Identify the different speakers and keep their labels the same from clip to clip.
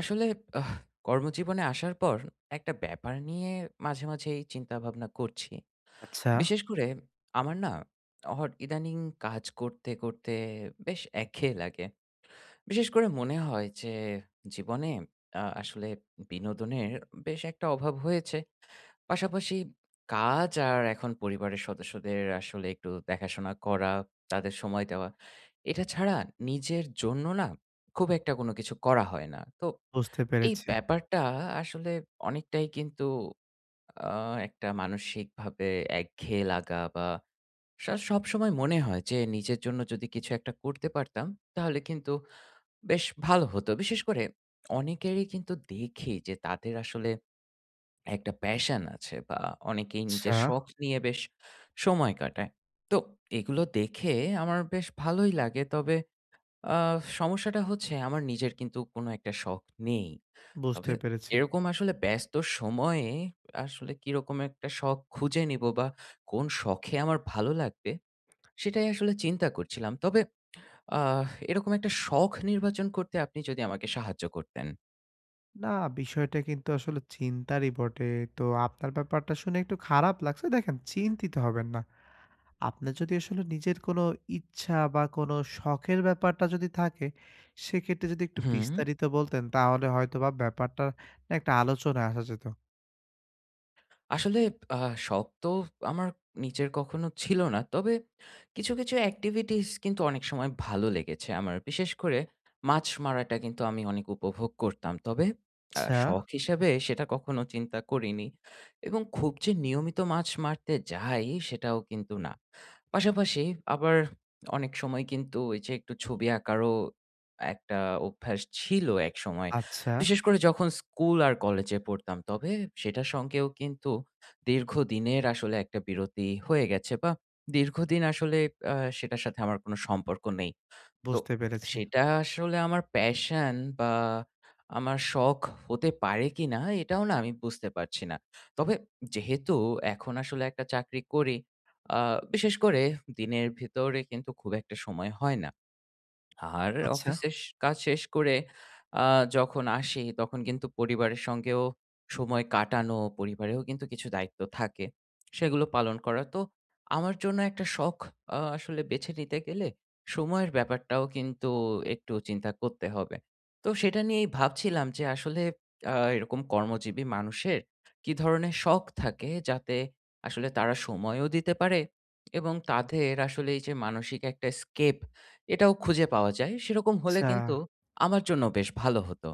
Speaker 1: আসলে, আহ, কর্মজীবনে আসার পর একটা ব্যাপার নিয়ে মাঝে মাঝেই চিন্তা ভাবনা করছি।
Speaker 2: আচ্ছা,
Speaker 1: বিশেষ করে আমার না হট ইদানিং কাজ করতে, করতে বেশ একঘেয়ে লাগে। বিশেষ করে মনে হয় যে জীবনে আসলে বিনোদনের বেশ একটা অভাব হয়েছে। পাশাপাশি কাজ আর এখন পরিবারের সদস্যদের আসলে একটু দেখাশোনা করা, তাদের সময় দেওয়া। এটা ছাড়া নিজের জন্য না খুব একটা কোনো কিছু করা হয় না। তো
Speaker 2: বুঝতে
Speaker 1: এই
Speaker 2: পেরেছি।
Speaker 1: ব্যাপারটা আসলে অনেকটাই কিন্তু আ একটা মানসিকভাবে একঘেয়ে লাগা বা সবসময় মনে হয় যে, নিজের জন্য যদি কিছু একটা করতে পারতাম, তাহলে কিন্তু বেশ ভালো হতো। বিশেষ করে অনেকেরই কিন্তু দেখি যে, তাদের আসলে একটা প্যাশন আছে, বা অনেকেই
Speaker 2: আচ্ছা,
Speaker 1: নিজের শখ নিয়ে বেশ সময় কাটায়। তো এগুলো দেখে আমার বেশ ভালোই লাগে। তবে আ সমস্যাটা হচ্ছে, আমার নিজের কিন্তু কোনো একটা শখ নেই।
Speaker 2: বুঝতে
Speaker 1: তবে
Speaker 2: পেরেছি।
Speaker 1: এরকম আসলে ব্যস্ত সময়ে আসলে কিরকম একটা শখ খুঁজে নিব, বা কোন শখে আমার ভালো লাগবে, সেটাই আসলে চিন্তা করছিলাম। তবে এরকম একটা শখ নির্বাচন করতে আপনি যদি আমাকে সাহায্য করতেন।
Speaker 2: না, বিষয়টা কিন্তু আসলে চিন্তারই বটে। তো আপনার ব্যাপারটা শুনে একটু খারাপ লাগছে। দেখেন, চিন্তিত হবেন না। আপনার যদি আসলে নিজের কোনো ইচ্ছা বা কোনো শখের ব্যাপারটা যদি থাকে, সেক্ষেত্রে যদি একটু
Speaker 1: হুম।
Speaker 2: বিস্তারিত বলতেন, তাহলে হয়তোবা ব্যাপারটা নিয়ে একটা আলোচনায় আসা যেত।
Speaker 1: আসলে আ শখ তো আমার নিজের কখনো ছিল না। তবে কিছু, কিছু activities কিন্তু অনেক সময় ভালো লেগেছে আমার। বিশেষ করে মাছ মারাটা কিন্তু আমি অনেক উপভোগ করতাম। তবে
Speaker 2: আচ্ছা,
Speaker 1: শখ হিসেবে সেটা কখনো চিন্তা করিনি, এবং খুব যে নিয়মিত মাছ মারতে যাই, সেটাও কিন্তু না। পাশাপাশি আবার অনেক সময় কিন্তু ওই যে একটু ছবি আঁকারও একটা অভ্যাস ছিল একসময়।
Speaker 2: আচ্ছা,
Speaker 1: বিশেষ করে যখন স্কুল আর কলেজে পড়তাম। তবে সেটার সঙ্গেও কিন্তু দীর্ঘদিনের আসলে একটা বিরতি হয়ে গেছে, বা দীর্ঘদিন আসলে সেটার সাথে আমার কোনো সম্পর্ক নেই। তো
Speaker 2: বুঝতে পেরেছি।
Speaker 1: সেটা আসলে আমার প্যাশন বা আমার শখ হতে পারে কিনা, এটাও না আমি বুঝতে পারছি না। তবে যেহেতু এখন আসলে একটা চাকরি করি, আ বিশেষ করে দিনের ভিতরে কিন্তু খুব একটা সময় হয় না। আর
Speaker 2: আচ্ছা,
Speaker 1: অফিসের কাজ শেষ করে আ যখন আসি, তখন কিন্তু পরিবারের সঙ্গেও সময় কাটানো, পরিবারেও কিন্তু কিছু দায়িত্ব থাকে। সেগুলো পালন করা। তো আমার জন্য একটা শখ আসলে বেছে নিতে গেলে সময়ের ব্যাপারটাও কিন্তু একটু চিন্তা করতে হবে। তো সেটা নিয়েই ভাবছিলাম যে, আসলে এরকম কর্মজীবী মানুষের কি ধরনের শখ থাকে, যাতে আসলে তারা সময়ও দিতে পারে, এবং তাদের আসলে এই যে মানসিক একটা এস্কেপ, এটাও খুঁজে পাওয়া যায়। সেরকম হলে
Speaker 2: আচ্ছা।
Speaker 1: কিন্তু আমার জন্য বেশ ভালো হতো।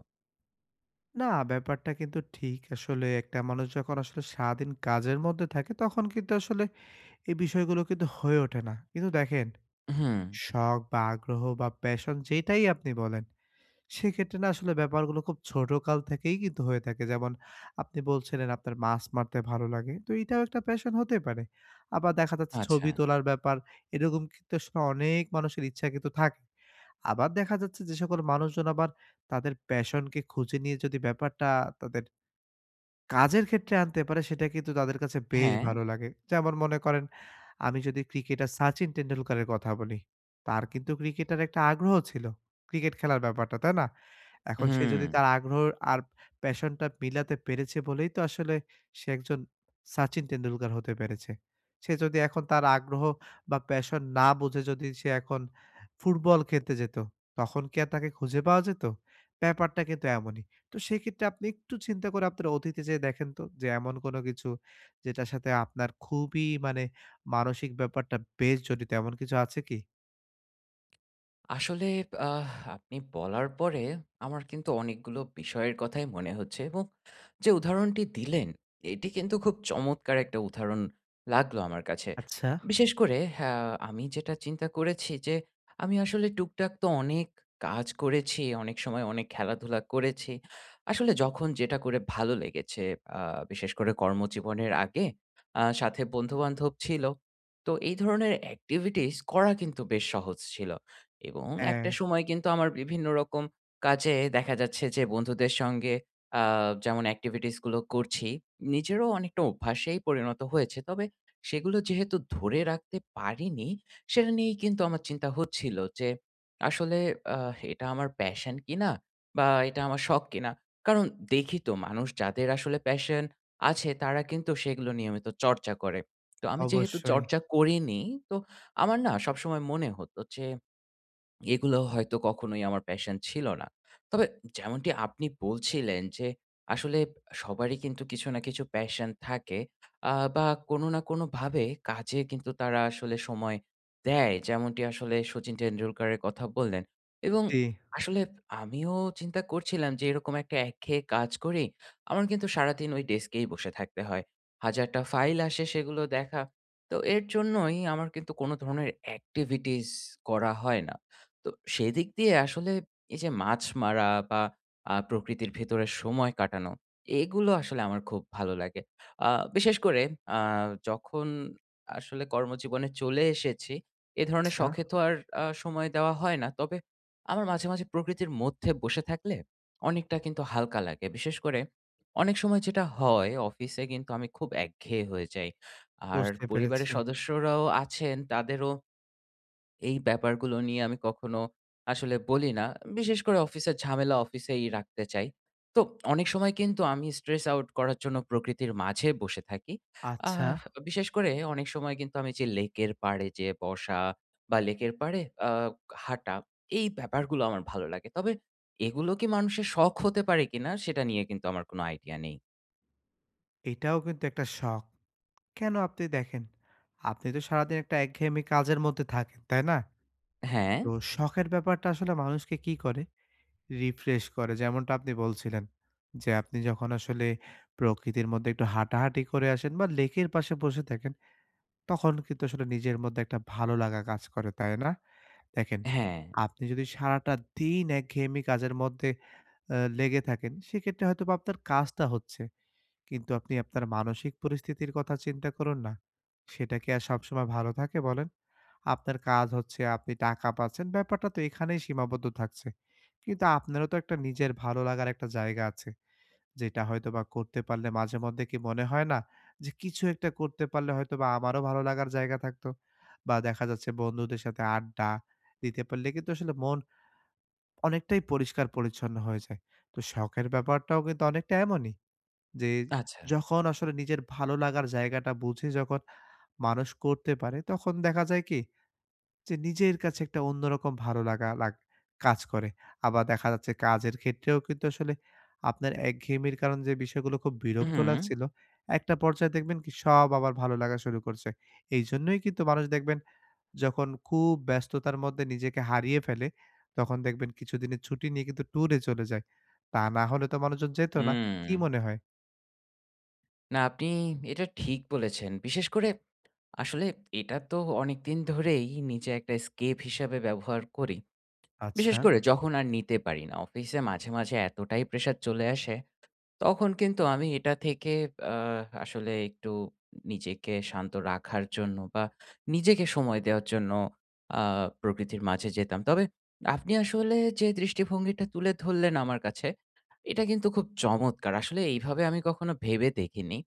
Speaker 2: না, ব্যাপারটা কিন্তু ঠিক। আসলে একটা মানুষ যখন আসলে সারাদিন কাজের মধ্যে থাকে, তখন কিন্তু আসলে এই বিষয়গুলো কিন্তু হয়ে ওঠে না। কিন্তু দেখেন,
Speaker 1: হুম,
Speaker 2: শখ বা আগ্রহ বা প্যাশন যেটাই আপনি বলেন, সেক্ষেত্রে না আসলে ব্যাপারগুলো খুব ছোট কাল থেকেই কিন্তু হয়ে থাকে। যেমন আপনি বলছিলেন আপনার মাছ মারতে ভালো লাগে। তো এটাও একটা প্যাশন হতে পারে। আবার দেখা যাচ্ছে
Speaker 1: আচ্ছা।
Speaker 2: ছবি তোলার ব্যাপার, এরকম কিন্তু আসলে অনেক মানুষের ইচ্ছা কিন্তু থাকে। আবার দেখা যাচ্ছে যে সকল মানুষজন আবার তাদের প্যাশনকে খুঁজে নিয়ে যদি ব্যাপারটা তাদের কাজের ক্ষেত্রে আনতে পারে সেটা কিন্তু তাদের কাছে বেশ
Speaker 1: হ্যাঁ,
Speaker 2: ভালো লাগে। যেমন মনে করেন আমি যদি ক্রিকেটার সচিন টেন্ডুলকারের কথা বলি, তার কিন্তু ক্রিকেটের একটা আগ্রহ ছিল। ক্রিকেট খেলার ব্যাপারটা, তাই না? এখন সে
Speaker 1: হুম।
Speaker 2: যদি তার আগ্রহ আর প্যাশনটা মিলাতে পেরেছে বলেই তো আসলে সে একজন সচিন টেন্ডুলকার হতে পেরেছে। সে যদি এখন তার আগ্রহ বা প্যাশন না বুঝে যদি সে এখন ফুটবল খেলতে যেত, তখন কি আর তাকে খুঁজে পাওয়া যেত? ব্যাপারটা কিন্তু এমনই। তো সেক্ষেত্রে আপনি একটু চিন্তা করে আপনার অতীতে যেয়ে দেখেন তো যে এমন কোনো কিছু যেটার সাথে আপনার খুবই মানে মানসিক ব্যাপারটা বেশ জড়িত এমন কিছু আছে কি?
Speaker 1: আসলে, আহ, আপনি বলার পরে আমার কিন্তু অনেকগুলো বিষয়ের কথাই মনে হচ্ছে, এবং যে উদাহরণটি দিলেন, এটি কিন্তু খুব চমৎকার একটা উদাহরণ লাগলো আমার কাছে।
Speaker 2: আচ্ছা।
Speaker 1: বিশেষ করে হ্যাঁ, আমি যেটা চিন্তা করেছি যে, আমি আসলে টুকটাক তো অনেক কাজ করেছি, অনেক সময় অনেক খেলাধুলা করেছি। আসলে যখন যেটা করে ভালো লেগেছে, আ বিশেষ করে কর্মজীবনের আগে সাথে বন্ধু-বান্ধব ছিল। তো এই ধরনের activities করা কিন্তু বেশ সহজ ছিল। এবং
Speaker 2: হ্যাঁ,
Speaker 1: একটা সময় কিন্তু আমার বিভিন্ন রকম কাজে দেখা যাচ্ছে যে, বন্ধুদের সঙ্গে আ যেমন activities গুলো করছি, নিজেরও অনেকটা অভ্যাসেই পরিণত হয়েছে। তবে সেগুলো যেহেতু ধরে রাখতে পারিনি, সেটা নিয়েই কিন্তু আমার চিন্তা হচ্ছিল যে, আসলে এটা আমার প্যাশন কিনা? বা এটা আমার শখ কিনা? কারণ দেখি তো, মানুষ যাদের আসলে প্যাশন আছে, তারা কিন্তু সেগুলো নিয়মিত চর্চা করে। তো আমি যেহেতু
Speaker 2: অবশ্যই।
Speaker 1: চর্চা করিনি, তো আমার না সবসময় মনে হতো যে, এগুলো হয়তো কখনোই আমার প্যাশন ছিল না। তবে যেমনটি আপনি বলছিলেন যে, আসলে সবারই কিন্তু কিছু না কিছু প্যাশন থাকে, বা কোনো না কোনোভাবে কাজে কিন্তু তারা আসলে সময় দেয়। যেমনটি আসলে শচীন টেন্ডুলকারের কথা বললেন, এবং
Speaker 2: জি,
Speaker 1: আসলে আমিও চিন্তা করছিলাম যে, এরকম একটা একঘেয়ে কাজ করি। আমার কিন্তু সারাদিন ওই ডেস্কেই বসে থাকতে হয়। হাজারটা ফাইল আসে, সেগুলো দেখা। তো এর জন্যই আমার কিন্তু কোনো ধরনের এক্টিভিটিস করা হয় না। তো সেদিক দিয়ে আসলে এই যে মাছ মারা বা প্রকৃতির ভেতরে সময় কাটানো, এগুলো আসলে আমার খুব ভালো লাগে। আ বিশেষ করে আ যখন আসলে কর্মজীবনে চলে এসেছি, এ ধরনের
Speaker 2: আচ্ছা।
Speaker 1: শখে তো আর সময় দেওয়া হয় না। তবে আমার মাঝে, মাঝে প্রকৃতির মধ্যে বসে থাকলে অনেকটা কিন্তু হালকা লাগে। বিশেষ করে অনেক সময় যেটা হয়, অফিসে কিন্তু আমি খুব একঘেয়ে হয়ে যাই। আর
Speaker 2: বুঝতে
Speaker 1: পরিবারের
Speaker 2: পেরেছি।
Speaker 1: সদস্যরাও আছেন, তাদেরও এই ব্যাপারগুলো নিয়ে আমি কখনো আসলে বলি না। বিশেষ করে অফিসের ঝামেলা অফিসেই রাখতে চাই। তো অনেক সময় কিন্তু আমি স্ট্রেস আউট করার জন্য প্রকৃতির মাঝে বসে থাকি।
Speaker 2: আচ্ছা,
Speaker 1: আহ বিশেষ করে অনেক সময় কিন্তু আমি যে লেকের পাড়ে যেয়ে বসা, বা লেকের পাড়ে আ হাঁটা, এই ব্যাপারগুলো আমার ভালো লাগে। তবে এগুলো কি মানুষের শখ হতে পারে কিনা, সেটা নিয়ে কিন্তু আমার কোনো আইডিয়া নেই।
Speaker 2: এটাও কিন্তু একটা শখ। কেন আপনি দেখেন, আপনি তো সারাদিন একটা একঘেয়েমি কাজের মধ্যে থাকেন, তাই না?
Speaker 1: হ্যাঁ,
Speaker 2: তো শখের ব্যাপারটা আসলে মানুষকে কি করে রিফ্রেশ করে। যেমনটা আপনি বলছিলেন যে, আপনি যখন আসলে প্রকৃতির মধ্যে একটু হাঁটাহাঁটি করে আসেন বা লেকের পাশে বসে থাকেন, তখন কিন্তু আসলে নিজের মধ্যে একটা ভালো লাগা কাজ করে, তাই না? দেখেন,
Speaker 1: হ্যাঁ।
Speaker 2: আপনি যদি সারাটা দিন একঘেয়েমি কাজের মধ্যে লেগে থাকেন, সেক্ষেত্রে হয়তোবা আপনার কাজটা হচ্ছে। কিন্তু আপনি আপনার মানসিক পরিস্থিতির কথা চিন্তা করুন না। সেটা কি আর সবসময় ভালো থাকে বলেন? আপনার কাজ হচ্ছে আপনি টাকা পাচ্ছেন, ব্যাপারটা তো এখানেই সীমাবদ্ধ থাকছে। কিন্তু আপনারও তো একটা নিজের ভালো লাগার একটা জায়গা আছে। যেটা হয়তোবা করতে পারলে মাঝেমধ্যে কি মনে হয় না? যে কিছু একটা করতে পারলে হয়তোবা আমারও ভালো লাগার জায়গা থাকতো। বা দেখা যাচ্ছে বন্ধুদের সাথে আড্ডা দিতে পারলে কিন্তু আসলে মন অনেকটাই পরিষ্কার পরিচ্ছন্ন হয়ে যায়। তো শখের ব্যাপারটাও কিন্তু অনেকটা এমনই। যে
Speaker 1: আচ্ছা।
Speaker 2: যখন আসলে নিজের ভালো লাগার জায়গাটা বুঝে যখন মানুষ করতে পারে, তখন দেখা যায় কি? যে নিজের কাছে একটা অন্যরকম ভালো লাগা কাজ করে। আবার দেখা যাচ্ছে কাজের ক্ষেত্রেও কিন্তু আসলে আপনার একঘেয়েমির কারণে যে বিষয়গুলো খুব বিরক্ত
Speaker 1: হুম,
Speaker 2: লাগছিল, একটা পর্যায়ে দেখবেন কি সব আবার ভালো লাগা শুরু করছে। এইজন্যই কিন্তু মানুষ দেখবেন যখন খুব ব্যস্ততার মধ্যে নিজেকে হারিয়ে ফেলে, তখন দেখবেন কিছুদিনের ছুটি নিয়ে কিন্তু ট্যুরে চলে যায়। তা না হলে তো মানুষজন যেত না।
Speaker 1: হুম।
Speaker 2: কি মনে হয়?
Speaker 1: না, আপনি এটা ঠিক বলেছেন। বিশেষ করে আসলে এটা তো অনেকদিন ধরেই নিজে একটা এসকেপ হিসাবে ব্যবহার করি। বিশেষ
Speaker 2: আচ্ছা।
Speaker 1: করে যখন আর নিতে পারি না। অফিসে মাঝে, মাঝে এতটাই প্রেশার চলে আসে, তখন কিন্তু আমি এটা থেকে আ আসলে একটু নিজেকে শান্ত রাখার জন্য, বা নিজেকে সময় দেওয়ার জন্য আ প্রকৃতির মাঝে যেতাম। তবে আপনি আসলে যে দৃষ্টিভঙ্গিটা তুলে ধরলেন আমার কাছে, এটা কিন্তু খুব চমৎকার। আসলে এইভাবে আমি কখনো ভেবে দেখিনি।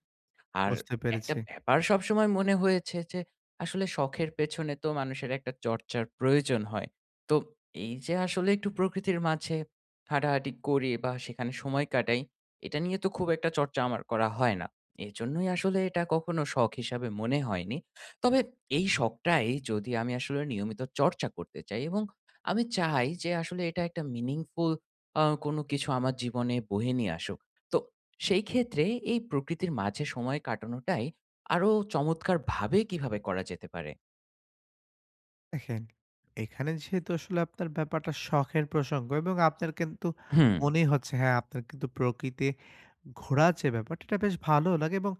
Speaker 1: আর
Speaker 2: বুঝতে
Speaker 1: একটা
Speaker 2: পেরেছি।
Speaker 1: ব্যাপার সবসময় মনে হয়েছে যে, আসলে শখের পেছনে তো মানুষের একটা চর্চার প্রয়োজন হয়। তো এই যে আসলে একটু প্রকৃতির মাঝে হাঁটাহাঁটি করি, বা সেখানে সময় কাটাই, এটা নিয়ে তো খুব একটা চর্চা আমার করা হয় না। এজন্যই আসলে এটা কখনো শখ হিসাবে মনে হয়নি। তবে এই শখটাই যদি আমি আসলে নিয়মিত চর্চা করতে চাই, এবং আমি চাই যে আসলে এটা একটা meaningful কোনো কিছু আমার জীবনে বয়ে নিয়ে আসুক। তো সেই ক্ষেত্রে এই প্রকৃতির মাঝে সময় কাটানোটাই আরো চমৎকারভাবে কিভাবে করা যেতে পারে?
Speaker 2: দেখেন, এখানে যেহেতু আসলে আপনার ব্যাপারটা শখের প্রসঙ্গ এবং আপনার কিন্তু
Speaker 1: হুম,
Speaker 2: মনেই হচ্ছে হ্যাঁ, আপনার কিন্তু প্রকৃতি ঘোরার যে ব্যাপারটা এটা বেশ ভালো লাগে এবং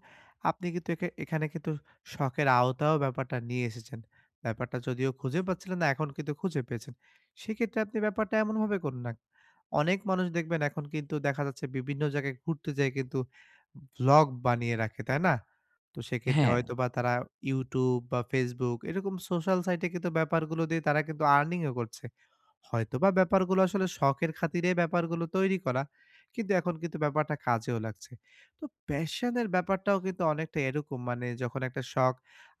Speaker 2: আপনি কিন্তু এখানে কিন্তু শখের আওতায়ও ব্যাপারটা নিয়ে এসেছেন। ব্যাপারটা যদিও খুঁজে পাচ্ছিলেন না, এখন কিন্তু খুঁজে পেয়েছেন। সেক্ষেত্রে আপনি ব্যাপারটা এমনভাবে করুন না। অনেক মানুষ দেখবেন এখন কিন্তু দেখা যাচ্ছে বিভিন্ন জায়গায় ঘুরতে যেয়ে কিন্তু ভ্লগ বানিয়ে রাখে, তাই না? তো সেক্ষেত্রে
Speaker 1: হ্যাঁ,
Speaker 2: হয়তোবা তারা YouTube বা Facebook এরকম সোশ্যাল সাইটে কিন্তু ব্যাপারগুলো দিয়ে তারা কিন্তু আর্নিংও করছে। হয়তোবা ব্যাপারগুলো আসলে শখের খাতিরে ব্যাপারগুলো তৈরি করা। কিন্তু এখন কিন্তু ব্যাপারটা কাজেও লাগছে। তো প্যাশনের ব্যাপারটাও কিন্তু অনেকটা এরকম মানে যখন একটা শখ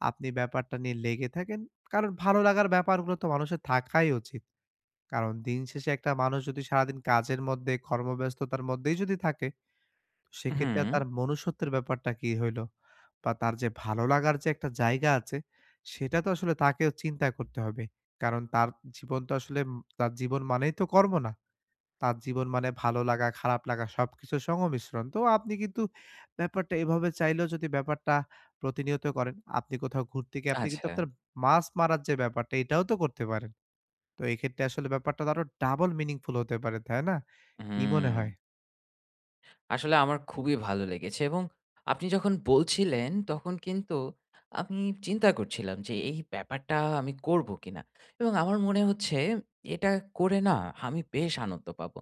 Speaker 2: আপনি ব্যাপারটা নিয়ে লেগে থাকেন, কারণ ভালো লাগার ব্যাপারগুলো তো মানুষের থাকাই উচিত। কারণ দিন শেষে একটা মানুষ যদি সারাদিন কাজের মধ্যে, কর্মব্যস্ততার মধ্যেই যদি থাকে, সেক্ষেত্রে আর
Speaker 1: হুম,
Speaker 2: তার মনুষ্যত্বের ব্যাপারটা কি হইল? বা তার যে ভালো লাগার যে একটা জায়গা আছে, সেটা তো আসলে তাকেও চিন্তা করতে হবে। কারণ তার জীবন তো আসলে তার জীবন মানেই তো কর্ম না। তার জীবন মানে ভালো লাগা, খারাপ লাগা সবকিছুর সংমিশ্রণ। তো আপনি কিন্তু ব্যাপারটা এভাবে চাইলেও যদি ব্যাপারটা প্রতিনিয়ত করেন, আপনি কোথাও ঘুরতে গিয়ে আপনি কিন্তু
Speaker 1: আচ্ছা,
Speaker 2: আপনার মাছ মারার যে ব্যাপারটা, এটাও তো করতে পারেন। তো এক্ষেত্রে আসলে ব্যাপারটা তো আরো ডাবল মিনিংফুল হতে পারে, তাই না? কি মনে
Speaker 1: হুম।
Speaker 2: হয়?
Speaker 1: আসলে আমার খুবই ভালো লেগেছে, এবং আপনি যখন বলছিলেন, তখন কিন্তু আমি চিন্তা করছিলাম যে, এই ব্যাপারটা আমি করব কিনা? এবং আমার মনে হচ্ছে, এটা করে না আমি বেশ আনন্দ পাবো।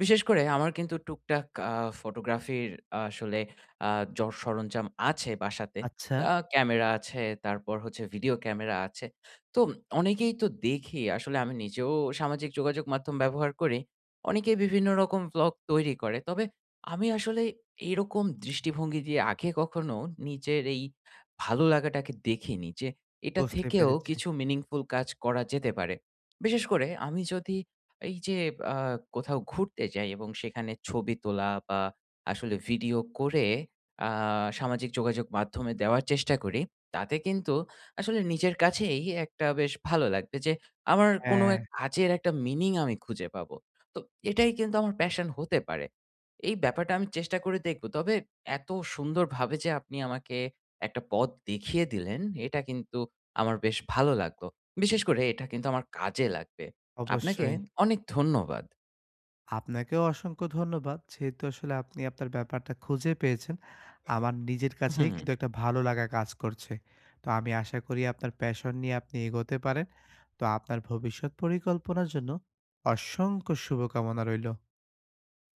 Speaker 1: বিশেষ করে আমার কিন্তু টুকটাক ফটোগ্রাফির আসলে আ যর সরঞ্জাম আছে বাসাতে।
Speaker 2: আচ্ছা।
Speaker 1: ক্যামেরা আছে, তারপর হচ্ছে ভিডিও ক্যামেরা আছে। তো অনেকেই তো দেখি, আসলে আমি নিজেও সামাজিক যোগাযোগ মাধ্যম ব্যবহার করি। অনেকেই বিভিন্ন রকম ভ্লগ তৈরি করে। তবে আমি আসলে এরকম দৃষ্টিভঙ্গি দিয়ে আগে কখনো নিজের এই ভালো লাগাটাকে দেখিনি যে, এটা
Speaker 2: বুঝতে
Speaker 1: থেকেও
Speaker 2: পেরেছি।
Speaker 1: কিছু মিনিংফুল কাজ করা যেতে পারে। বিশেষ করে আমি যদি এই যে আ কোথাও ঘুরতে যাই, এবং সেখানে ছবি তোলা, বা আসলে ভিডিও করে আ সামাজিক যোগাযোগ মাধ্যমে দেওয়ার চেষ্টা করি, তাতে কিন্তু আসলে নিজের কাছেই একটা বেশ ভালো লাগবে যে, আমার কোনো
Speaker 2: হ্যাঁ,
Speaker 1: এক কাজের একটা মিনিং আমি খুঁজে পাবো। তো এটাই কিন্তু আমার প্যাশন হতে পারে। এই ব্যাপারটা আমি চেষ্টা করে দেখব। তবে এত সুন্দরভাবে যে আপনি আমাকে একটা পথ দেখিয়ে দিলেন, এটা কিন্তু আমার বেশ ভালো লাগলো। বিশেষ করে এটা কিন্তু আমার কাজে লাগবে। আপনাকে
Speaker 2: অবশ্যই।
Speaker 1: অনেক ধন্যবাদ।
Speaker 2: আপনাকেও অসংখ্য ধন্যবাদ। যেহেতু আসলে আপনি আপনার ব্যাপারটা খুঁজে পেয়েছেন, আমার নিজের কাছেই
Speaker 1: হুম।
Speaker 2: কিন্তু একটা ভালো লাগা কাজ করছে। তো আমি আশা করি আপনার প্যাশন নিয়ে আপনি এগোতে পারেন। তো আপনার ভবিষ্যৎ পরিকল্পনার জন্য অসংখ্য শুভকামনা রইল।